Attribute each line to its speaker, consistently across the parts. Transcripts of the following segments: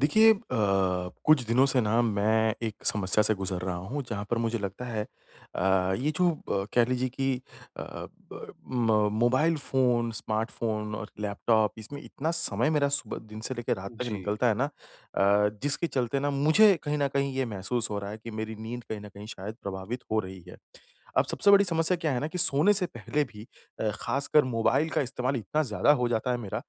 Speaker 1: देखिए कुछ दिनों से ना मैं एक समस्या से गुज़र रहा हूँ जहाँ पर मुझे लगता है ये जो कह लीजिए कि अ, ब म मोबाइल फ़ोन, स्मार्टफ़ोन और लैपटॉप इसमें इतना समय मेरा सुबह दिन से लेके रात तक
Speaker 2: जी,
Speaker 1: निकलता है ना जिसके चलते ना मुझे कहीं न कहीं ये महसूस हो रहा है कि मेरी नींद कहीं न कहीं शायद प्रभावित हो रही है। अब सबसे बड़ी समस्या क्या है ना कि सोने से पहले भी ख़ासकर मोबाइल का इस्तेमाल इतना ज़्यादा हो जाता है मेरा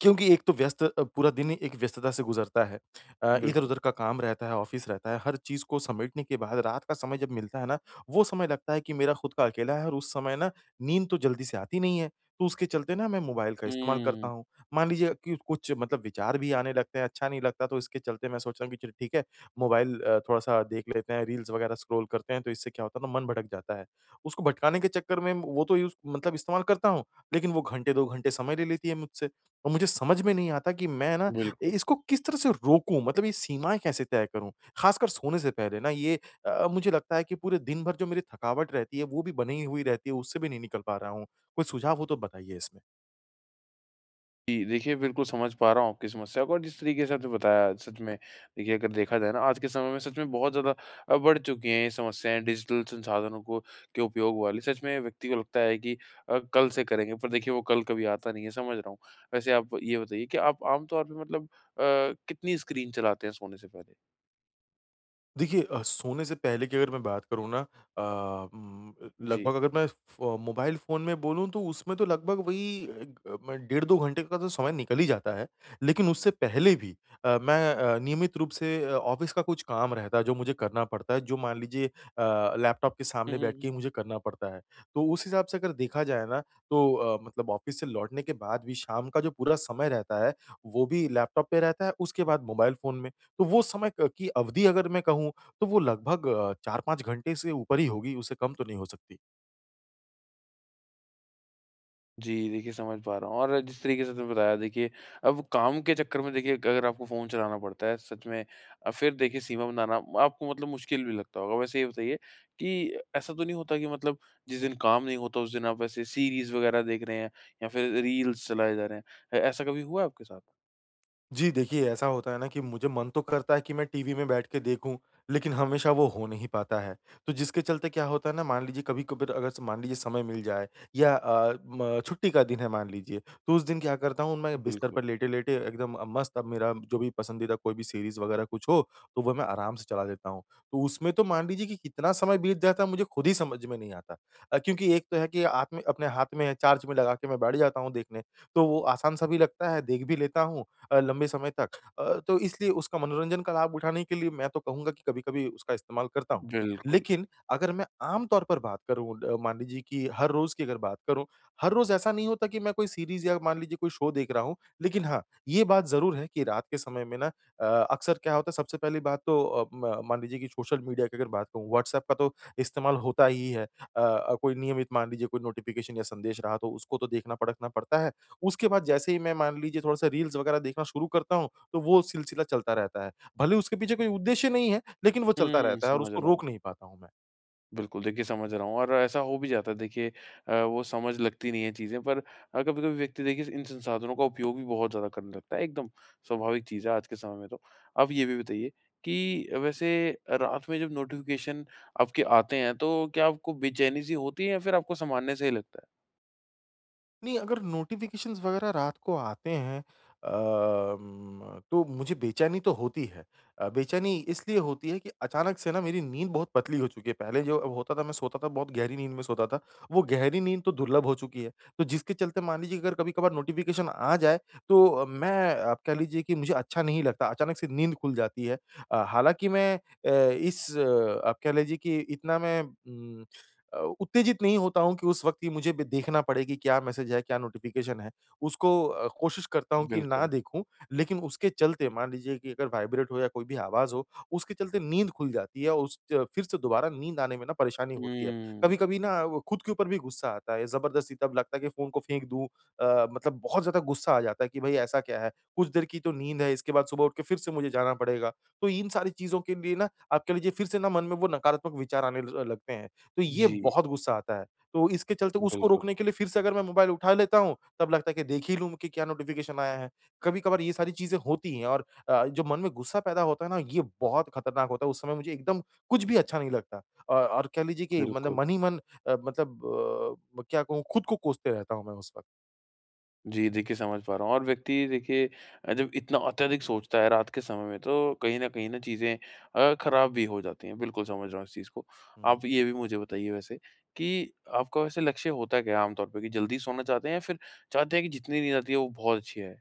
Speaker 1: क्योंकि एक तो व्यस्त पूरा दिन ही एक व्यस्तता से गुज़रता है।
Speaker 2: बिल्कुल।
Speaker 1: इधर-उधर का काम रहता है, ऑफ़िस रहता है, हर चीज़ को समेटने के बाद रात का समय जब मिलता है ना, वो समय लगता है कि मेरा खुद का अकेला है और उस समय ना नींद तो जल्दी से आती नहीं है। तो उसके चलते ना मैं मोबाइल का इस्तेमाल करता
Speaker 2: हुँ।
Speaker 1: हूँ। मान लीजिए कि कुछ मतलब विचार भी आने लगते हैं, अच्छा नहीं लगता तो इसके चलते मैं सोचता हूँ कि चलो ठीक है, मोबाइल थोड़ा-सा देख लेते हैं, रील्स वग़ैरह स्क्रॉल करते हैं तो इससे क्या होता है ना मन भटक जाता है। उसको भटकाने के चक्कर में वो तो यूज़ मतलब इस्तेमाल करता हूँ, लेकिन वो घंटे 2 घंटे समय ले लेती है मुझसे। और मुझे समझ में नहीं आता कि मैं ना इ
Speaker 2: बिल्कुल।
Speaker 1: इसको किस तरह से रोकूँ? मतलब ये सीमाएँ कैसे तय करूँ? ख़ासकर सोने से पहले ना ये मुझे लगता है कि पूरे दिन भर जो मेरी थकावट रहती है, वो भी बनी हुई रहती है, उससे भी नहीं निकल पा रहा हूँ। कोई सुझाव हो तो बताइए इसमें?
Speaker 2: जी, देखिए, बिल्कुल समझ पा रहा हूँ आपकी समस्या को। और जिस तरीके से आपने बताया, सच में देखिए, अगर देखा जाए ना, आज के समय में सच में बहुत ज़्यादा बढ़ चुकी हैं ये समस्याएँ डिजिटल संसाधनों को के उपयोग वाली। सच में व्यक्ति को लगता है कि कल से करेंगे, पर देखिए वो कल कभी आता नहीं है, समझ रहा हूँ। वैसे आप ये बताइए कि आप आम तौर पे मतलब कितनी स्क्रीन चलाते हैं सोने से पहले?
Speaker 1: देखिए सोने से पहले की अगर मैं बात करूँ ना अ, उम,
Speaker 2: जी।
Speaker 1: लगभग अगर मैं फ़ मोबाइल फ़ोन में बोलूँ तो उसमें तो लगभग वही अ, ग मैं डेढ़ 2 घंटे का तो समय निकल ही जाता है। लेकिन उससे पहले भी मैं नियमित रूप से ऑफ़िस का कुछ काम रहता है जो मुझे करना पड़ता है, जो मान लीजिए लैपटॉप के सामने बैठ के ही मुझे करना पड़ता है। तो उस हिसाब से अगर देखा जाए ना तो मतलब ऑफ़िस से लौटने के बाद भी शाम का जो पूरा समय रहता है, वो भी लैपटॉप पे रहता है, उसके बाद मोबाइल फ़ोन में। तो वो समय क की अवधि अगर मैं कहूँ, तो वो लगभग 4-5 घंटे से ऊपर ही होगी, उससे कम तो नहीं हो सकती।
Speaker 2: जी, देखिए, समझ पा रहा हूँ। और जिस तरीके से आपने बताया देखिए, अब काम के चक्कर में देखिए, अगर आपको फ़ोन चलाना पड़ता है सच में, फिर देखिए सीमा बनाना आपको मतलब मुश्किल भी लगता होगा। वैसे ये बताइए कि ऐसा तो नहीं होता कि मतलब जिस दिन काम नहीं होता उस दिन आप ऐसे सीरीज़ वग़ैरह देख रहे हैं या फिर रील्स चलाए जा रहे हैं? ऐ ऐसा कभी हुआ है आपके साथ?
Speaker 1: जी, देखिए ऐसा होता है ना कि मुझे मन तो करता है कि मैं टीवी में बैठ के देखूँ, लेकिन हमेशा वो हो नहीं पाता है। तो जिसके चलते क्या होता है ना मान लीजिए कभी-कभार अगर स मान लीजिए समय मिल जाए या अ, म छुट्टी का दिन है मान लीजिए, तो उस दिन क्या करता हूँ मैं बिस्तर
Speaker 2: बिल्कुल।
Speaker 1: पर लेटे-लेटे एकदम मस्त अब मेरा जो भी पसंदीदा कोई भी सीरीज़ वगैरह कुछ हो, तो वो मैं आराम से चला लेता हूँ। तो उसमें तो मान लीजिए कि कितना समय बीत जाता है मुझे खुद ही समझ में नहीं आता। क्योंकि एक तो है कि आत में अपने हाथ में है, चार्ज में लगा के मैं बैठ जाता हूँ देखने, तो वो आसान-सा भी लगता है, देख भी लेता हूँ लंबे समय तक। तो इसलिए उसका मनोरंजन का लाभ उठाने के लिए मैं तो कहूँगा कि कभी-कभी उसका इस्तेमाल करता हूँ।
Speaker 2: बिल्कुल।
Speaker 1: लेकिन अगर मैं आम तौर पर बात करूँ मान लीजिए कि हर रोज़ की अगर बात करूँ, हर रोज़ ऐसा नहीं होता कि मैं कोई सीरीज़ या मान लीजिए कोई शो देख रहा हूँ। लेकिन हाँ, ये बात ज़रूर है कि रात के समय में ना अ, अक्सर क्या होता है सबसे पहली बात तो अ, म मान लीजिए कि सोशल मीडिया की अगर बात कहूँ, व्हाट्सऐप का तो इस्तेमाल होता ही है। कोई नियमित मान लीजिए कोई नोटिफ़िकेशन या संदेश रहा तो उसको तो देखना, परखना पड़ता है। उसके बाद जैसे ही मैं मान लीजिए थोड़ा-सा रील्स वगैरह देखना शुरू करता हूँ, तो वो सिलसिला चलता रहता है। भले उसके पीछे कोई उद्देश्य नहीं है, लेकिन वो चलता
Speaker 2: हुँ,
Speaker 1: रहता है और
Speaker 2: समझ
Speaker 1: उसको
Speaker 2: रहा
Speaker 1: रोक
Speaker 2: हूँ।
Speaker 1: नहीं पाता हूँ मैं।
Speaker 2: बिल्कुल, देखिए समझ रहा हूँ। और ऐसा हो भी जाता है देखिए, वो समझ लगती नहीं है चीज़ें पर। कभी-कभी व्यक्ति देखिए इन संसाधनों का उपयोग भी बहुत ज़्यादा करने लगता है, एकदम स्वाभाविक चीज़ है आज के समय में तो। अब ये भी बताइए कि वैसे रात में जब नोटिफ़िकेशन आपके आते हैं तो क्या आपको बेचैनी सी होती है या फिर आपको सामान्य सा ही लगता है?
Speaker 1: नहीं, अगर नोटिफ़िकेशंस वगैरह रात को आते हैं तो मुझे बेचैनी तो होती है। बेचैनी इसलिए होती है कि अचानक से ना मेरी नींद बहुत पतली हो चुकी है। पहले जो अब होता था मैं सोता था बहुत गहरी नींद में सोता था, वो गहरी नींद तो दुर्लभ हो चुकी है। तो जिसके चलते मान लीजिए अगर कभी-कभार नोटिफ़िकेशन आ जाए तो मैं आप कह लीजिए कि मुझे अच्छा नहीं लगता, अचानक से नींद खुल जाती है। हालाँकि मैं आप कह लीजिए कि इतना मैं उत्तेजित नहीं होता हूँ कि उस वक़्त ही मुझे ब देखना पड़े कि क्या मैसेज है, क्या नोटिफ़िकेशन है। उसको कोशिश करता हूँ कि ना
Speaker 2: बिल्कुल।
Speaker 1: देखूँ, लेकिन उसके चलते मान लीजिए कि अगर वाइब्रेट हो या कोई भी आवाज़ हो, उसके चलते नींद खुल जाती है और उस च फिर से दोबारा नींद आने में ना परेशानी होती है।
Speaker 2: हुँ।
Speaker 1: कभी-कभी ना वो खुद के ऊपर भी गुस्सा आता है, ज़बरदस्ती तब लगता है कि फ़ोन को फेंक दूँ मतलब बहुत ज़्यादा गुस्सा आ जाता है कि भई ऐसा क्या है? कुछ देर की तो नींद है, इसके बाद सुबह उठ के फिर से मुझे जाना पड़ेगा। तो इन सारी चीज़ों के लिए ना आप कह लीजिए फिर से ना मन में वो नकारात्मक विचार आने ल लगते हैं। तो ये
Speaker 2: जी,
Speaker 1: बहुत गुस्सा आता है। तो इसके चलते उसको
Speaker 2: बिल्कुल,
Speaker 1: रोकने के लिए फिर से अगर मैं मोबाइल उठा लेता हूँ, तब लगता है कि देख ही लूँ कि क्या नोटिफ़िकेशन आया है। कभी-कभार ये सारी चीज़ें होती हैं और जो मन में गुस्सा पैदा होता है ना, ये बहुत खतरनाक होता है। उस समय मुझे एकदम कुछ भी अच्छा नहीं लगता। और कह लीजिए कि मतलब
Speaker 2: बिल्कुल।
Speaker 1: मन ही मन अ, मतलब क्या कहूँ खुद को कोसते रहता हूँ मैं उस वक़्त।
Speaker 2: जी, देखिए, समझ पा रहा हूँ। और व्यक्ति देखिए, जब इतना अत्यधिक सोचता है रात के समय में, तो कहीं न कहीं ना चीज़ें ख़राब भी हो जाती हैं। बिल्कुल समझ रहा हूँ इस चीज़ को।
Speaker 1: हुँ।
Speaker 2: आप ये भी मुझे बताइए वैसे कि आपका वैसे लक्ष्य होता क्या है आम तौर पे कि जल्दी सोना चाहते हैं या फिर चाहते हैं कि जितनी नींद आती है वो बहुत अच्छी आए?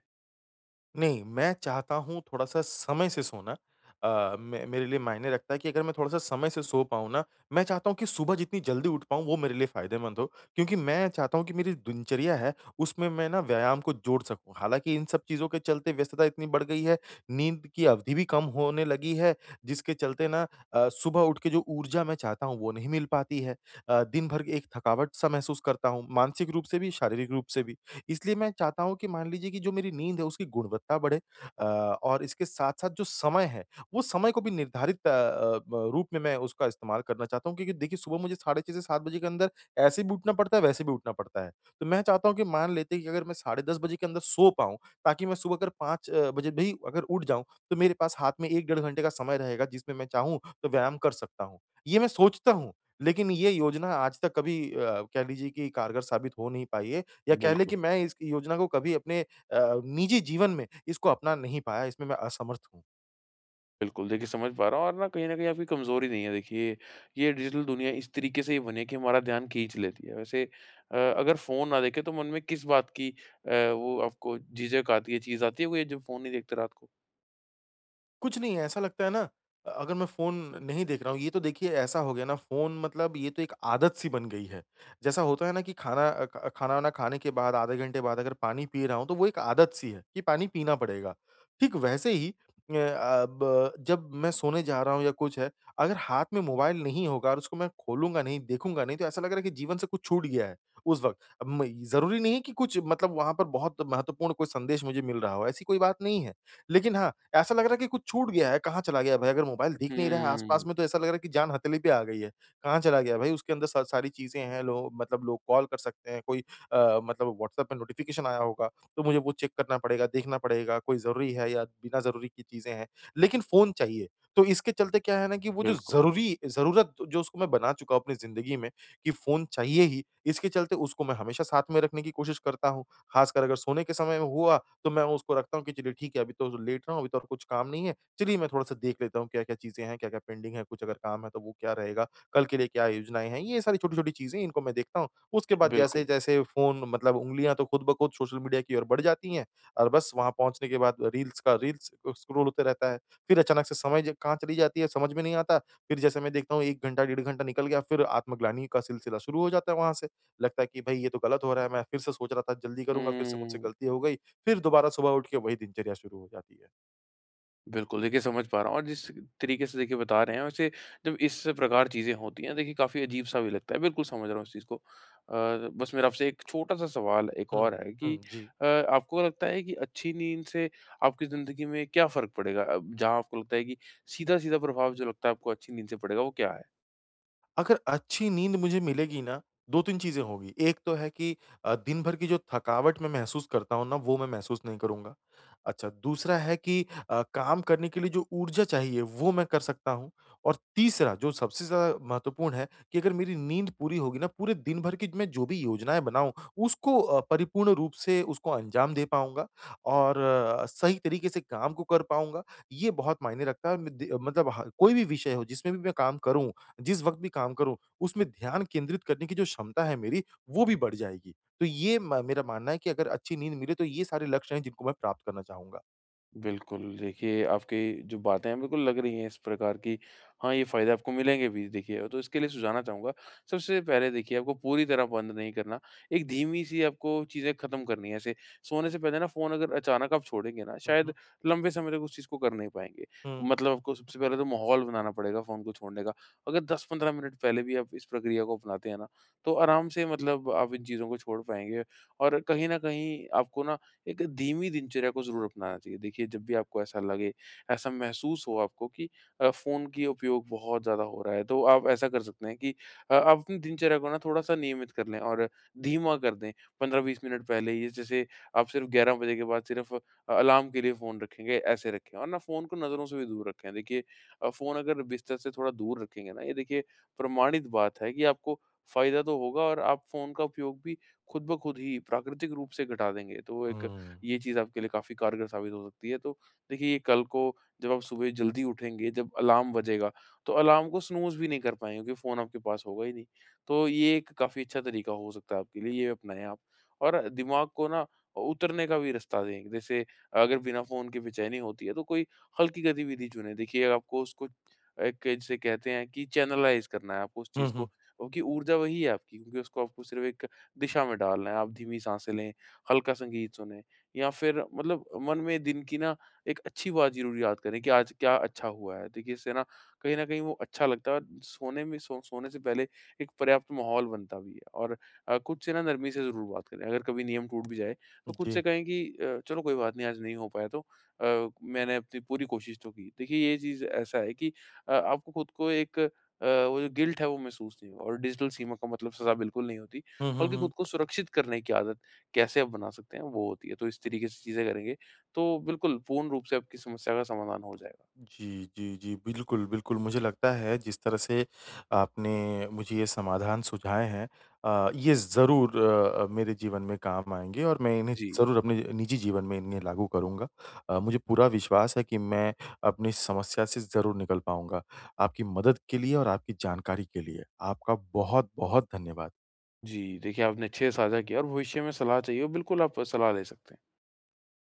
Speaker 1: नहीं, मैं चाहता हूँ थोड़ा-सा समय से सोना। अ, मे मेरे लिए मायने रखता है कि अगर मैं थोड़ा-सा समय से सो पाऊँ ना, मैं चाहता हूँ कि सुबह जितनी जल्दी उठ पाऊँ, वो मेरे लिए फ़ायदेमंद हो। क्योंकि मैं चाहता हूँ कि मेरी दिनचर्या है, उसमें मैं ना व्यायाम को जोड़ सकूँ। हालाँकि इन सब चीज़ों के चलते व्यस्तता इतनी बढ़ गई है, नींद की अवधि भी कम होने लगी है, जिसके चलते ना सुबह उठ के जो ऊर्जा मैं चाहता हूँ, वो नहीं मिल पाती है। दिन भर एक थकावट-सा महसूस करता हूँ, मानसिक रूप से भी, शारीरिक रूप से भी। इसलिए मैं चाहता हूँ कि मान लीजिए कि जो मेरी नींद है उसकी गुणवत्ता बढ़े अ, और इसके साथ-साथ जो समय है, वो समय को भी निर्धारित अ अ, ब रूप में मैं उसका इस्तेमाल करना चाहता हूँ क्योंकि देखिए सुबह मुझे साढ़े 6 से 7 बजे के अंदर ऐसे भी उठना पड़ता है, वैसे भी उठना पड़ता है। तो मैं चाहता हूँ कि मान लेते हैं कि अगर मैं साढ़े 10 बजे के अंदर सो पाऊँ ताकि मैं सुबह अगर 5 बजे भी अगर उठ जाऊँ तो मेरे पास हाथ में 1 डेढ़ घंटे का समय रहेगा जिसमें मैं चाहूँ तो व्यायाम कर सकता हूँ। ये मैं सोचता हूँ, लेकिन ये योजना आज तक कभी कह लीजिए कि कारगर साबित हो नहीं पाई है। या कह लें कि
Speaker 2: बिल्कुल।
Speaker 1: मैं इस योजना को कभी अपने निजी जीवन में इसको अपना नहीं पाया, इसमें मैं असमर्थ हूँ।
Speaker 2: बिल्कुल, देखिए, समझ पा रहा हूँ। और ना कहीं न कहीं आपकी कमज़ोरी नहीं है देखिए, ये डिजिटल दुनिया इस तरीके से ही बनी है कि हमारा ध्यान खींच लेती है। वैसे अगर फ़ोन ना देखें तो मन में किस बात की वो आपको झिझक आती है, चीज़ आती है कोई जब फ़ोन नहीं देखते रात को?
Speaker 1: कुछ नहीं है, ऐसा लगता है ना अगर मैं फ़ोन नहीं देख रहा हूँ, ये तो देखिए ऐसा हो गया ना फ़ोन मतलब ये तो एक आदत-सी बन गई है। जैसा होता है ना कि खाना अ, ख खाना-वाना खाने के बाद आधे घंटे बाद अगर पानी पी रहा हूँ, तो वो एक आदत-सी है कि पानी पीना पड़ेगा। ठीक वैसे ही जब मैं सोने जा रहा हूँ या कुछ है, अगर हाथ में मोबाइल नहीं होगा और उसको मैं खोलूँगा नहीं, देखूँगा नहीं, तो ऐसा लग रहा है कि जीवन से कुछ छूट गया है उस वक़्त। अब मैं ज़रूरी नहीं है कि कुछ मतलब वहाँ पर बहुत महत्वपूर्ण कोई संदेश मुझे मिल रहा हो, ऐसी कोई बात नहीं है। लेकिन हाँ, ऐसा लग रहा है कि कुछ छूट गया है, कहाँ चला गया भाई? अगर मोबाइल दिख नहीं रहा है आस-पास
Speaker 2: हुँ,
Speaker 1: में तो ऐसा लग रहा है कि जान हथेली पे आ गई है। कहाँ चला गया भाई? उसके अंदर स सारी चीज़ें हैं, लो मतलब लोग कॉल कर सकते हैं, कोई मतलब व्हाट्सएप पे नोटिफ़िकेशन आया होगा, तो मुझे वो चेक करना पड़ेगा, देखना पड़ेगा, कोई ज़रूरी है या बिना ज़रूरी की चीज़ें हैं। लेकिन फ़ोन चाहिए, तो इसके चलते क्या है ना कि वो जो
Speaker 2: बिल्कुल,
Speaker 1: ज़रूरी ज़रूरत जो उसको मैं बना चुका हूँ अपनी ज़िंदगी में कि फ़ोन चाहिए ही, इसके चलते उसको मैं हमेशा साथ में रखने की कोशिश करता हूँ। ख़ासकर अगर सोने के समय में हुआ तो मैं उसको रखता हूँ कि चलिए ठीक है, अभी तो लेट रहा हूँ, अभी तो और कुछ काम नहीं है। चलिए मैं थोड़ा-सा देख लेता हूँ क्या-क्या चीज़ें हैं, क्या-क्या पेंडिंग है, कुछ अगर काम है तो वो क्या रहेगा, कल के लिए क्या योजनाएँ हैं। ये सारी छोटी-छोटी चीज़ें इनको मैं देखता हूँ। उसके बाद
Speaker 2: बिल्कुल।
Speaker 1: जैसे-जैसे फ़ोन मतलब उँगलियाँ तो खुद ब खुद सोशल मीडिया की ओर बढ़ जाती हैं और बस वहाँ पहुँचने के बाद रील्स स्क्रॉल होते रहता है। फिर अचानक से समय ज कहाँ चली जाती है समझ में नहीं आता। फिर जैसे मैं देखता हूँ 1 घंटा, डेढ़ घंटा निकल गया, फिर आत्मग्लानि का सिलसिला शुरू हो जाता है वहाँ से। लगता है कि भई ये तो गलत हो रहा है, मैं फिर से सोच रहा था जल्दी करूँगा, फिर से मुझसे
Speaker 2: हुँ।
Speaker 1: गलती हो गई। फिर दोबारा सुबह उठ के वही दिनचर्या शुरू हो जाती है।
Speaker 2: बिल्कुल, देखिए समझ पा रहा हूँ। और जिस तरीके से देखिए बता रहे हैं वैसे, जब इस प्रकार चीज़ें होती हैं देखिए, काफ़ी अजीब-सा भी लगता है। बिल्कुल समझ रहा हूँ इस चीज़ को। बस मेरा आपसे एक छोटा-सा सवाल एक
Speaker 1: हुँ।
Speaker 2: और है कि
Speaker 1: हुँ, जी।
Speaker 2: आपको लगता है कि अच्छी नींद से आपकी ज़िंदगी में क्या फ़र्क पड़ेगा? अब जहाँ आपको लगता है कि सीधा-सीधा प्रभाव जो लगता है आपको अच्छी नींद से पड़ेगा वो क्या है?
Speaker 1: अगर अच्छी नींद मुझे मिलेगी ना, 2-3 चीज़ें होंगी। एक तो है कि दिन भर की जो थकावट मैं महसूस करता हूँ ना, वो मैं महसूस नहीं करूँगा। अच्छा, दूसरा है कि काम करने के लिए जो ऊर्जा चाहिए, वो मैं कर सकता हूँ। और तीसरा, जो सबसे ज़्यादा महत्वपूर्ण है कि अगर मेरी नींद पूरी होगी ना, पूरे दिन भर की मैं जो भी योजनाएँ बनाऊँ, उसको अ, परिपूर्ण रूप से उसको अंजाम दे पाऊँगा और सही तरीके से काम को कर पाऊँगा। ये बहुत मायने रखता है। मैं दे मतलब ह कोई भी विषय हो, जिसमें भी मैं काम करूँ, जिस वक़्त भी काम करूँ, उसमें ध्यान केंद्रित करने की जो क्षमता है मेरी, वो भी बढ़ जाएगी। तो ये म मेरा मानना है कि अगर अच्छी नींद मिले, तो ये सारे लक्ष्य हैं जिनको मैं प्राप्त करना चाहूँगा।
Speaker 2: बिल्कुल, देखिए आपकी जो बातें हैं बिल्कुल लग रही हैं इस प्रकार की। हाँ, ये फ़ायदे आपको मिलेंगे भी देखिए, तो इसके लिए सुझाना चाहूँगा। सबसे पहले देखिए, आपको पूरी तरह बंद नहीं करना, एक धीमी-सी आपको चीज़ें ख़त्म करनी है ऐसे। सोने से पहले ना फ़ोन अगर अचानक आप छोड़ेंगे ना,
Speaker 1: हुँ,
Speaker 2: शायद
Speaker 1: हुँ।
Speaker 2: लंबे समय तक उस चीज़ को कर नहीं पाएँगे।
Speaker 1: हुँ।
Speaker 2: मतलब आपको सबसे पहले तो माहौल बनाना पड़ेगा फ़ोन को छोड़ने का। अगर 10-15 मिनट पहले भी आप इस प्रक्रिया को अपनाते हैं ना, तो आराम से मतलब आप इन चीज़ों को छोड़ पाएँगे और कहीं न कहीं आपको ना एक धीमी दिनचर्या को ज़रूर अपनाना चाहिए। देखिए जब भी आपको ऐसा लगे, ऐसा महसूस हो आपको कि फ़ोन की उपयोग बहुत ज़्यादा हो रहा है, तो आप ऐसा कर सकते हैं कि आप अपनी दिनचर्या को ना थोड़ा-सा नियमित कर लें और धीमा कर दें। 15-20 मिनट पहले ही जैसे आप सिर्फ़ 11 बजे के बाद सिर्फ़ अलार्म के लिए फ़ोन रखेंगे, ऐसे रखें और ना फ़ोन को नज़रों से भी दूर रखें। देखिए फ़ोन अगर बिस्तर से थोड़ा दूर रखेंगे ना, ये देखिए प्रमाणित बात है कि आपको फ़ायदा तो होगा और आप फ़ोन का उपयोग भी खुद ब खुद ही प्राकृतिक रूप से घटा देंगे। तो एक
Speaker 1: हुँ।
Speaker 2: ये चीज़ आपके लिए काफ़ी कारगर साबित हो सकती है। तो देखिए, ये कल को जब आप सुबह जल्दी उठेंगे, जब अलार्म बजेगा, तो अलार्म को स्नूज़ भी नहीं कर पाएँगे क्योंकि फ़ोन आपके पास होगा ही नहीं। तो ये एक काफ़ी अच्छा तरीका हो सकता है आपके लिए, ये अपनाएँ आप। और दिमाग को ना उतरने का भी रास्ता दें। जैसे अगर बिना फ़ोन के बेचैनी होती है तो कोई हल्की गतिविधि चुनें। देखिए आपको उसको एक जिसे कहते हैं कि चैनलाइज़ करना है आपको उस
Speaker 1: हुँ,
Speaker 2: चीज़ को,
Speaker 1: हुँ।
Speaker 2: क्योंकि ऊर्जा वही है आपकी, क्योंकि उसको आपको सिर्फ़ एक दिशा में डालना है। आप धीमी साँसें लें, हल्का संगीत सुनें। या फिर मतलब मन में दिन की ना एक अच्छी बात ज़रूर याद करें कि आज क्या अच्छा हुआ है। देखिए इससे ना कहीं न कहीं वो अच्छा लगता है और सोने में सोने से पहले एक पर्याप्त माहौल बनता भी है। और खुद से ना नरमी से ज़रूर बात करें। अगर कभी नियम टूट भी जाए, तो खुद
Speaker 1: जी।
Speaker 2: से कहें कि चलो कोई बात नहीं, आज नहीं हो पाया तो मैंने अपनी पूरी कोशिश तो की। देखिए ये चीज़ ऐसा है कि आपको खुद को एक वो जो गिल्ट है वो महसूस नहीं होगा, और डिजिटल सीमा का मतलब सज़ा बिल्कुल नहीं होती,
Speaker 1: हुँ, हुँ,
Speaker 2: बल्कि
Speaker 1: हुँ।
Speaker 2: खुद को सुरक्षित करने की आदत कैसे आप बना सकते हैं वो होती है। तो इस तरीके से चीज़ें करेंगे, तो बिल्कुल पूर्ण रूप से आपकी समस्या का समाधान हो जाएगा।
Speaker 1: जी, जी, जी। बिल्कुल, बिल्कुल मुझे लगता है जिस तरह से आपने मुझे ये समाधान सुझाए हैं ये ज़रूर मेरे जीवन में काम आएँगे और मैं इन्हें
Speaker 2: जी,
Speaker 1: ज़रूर अपने निजी जीवन में इन्हें लागू करूँगा। मुझे पूरा विश्वास है कि मैं अपनी समस्या से ज़रूर निकल पाऊँगा। आपकी मदद के लिए और आपकी जानकारी के लिए आपका बहुत-बहुत धन्यवाद।
Speaker 2: जी। देखिए आपने अच्छे से साझा किया, और भविष्य में सलाह चाहिए हो, बिल्कुल आप सलाह ले सकते हैं।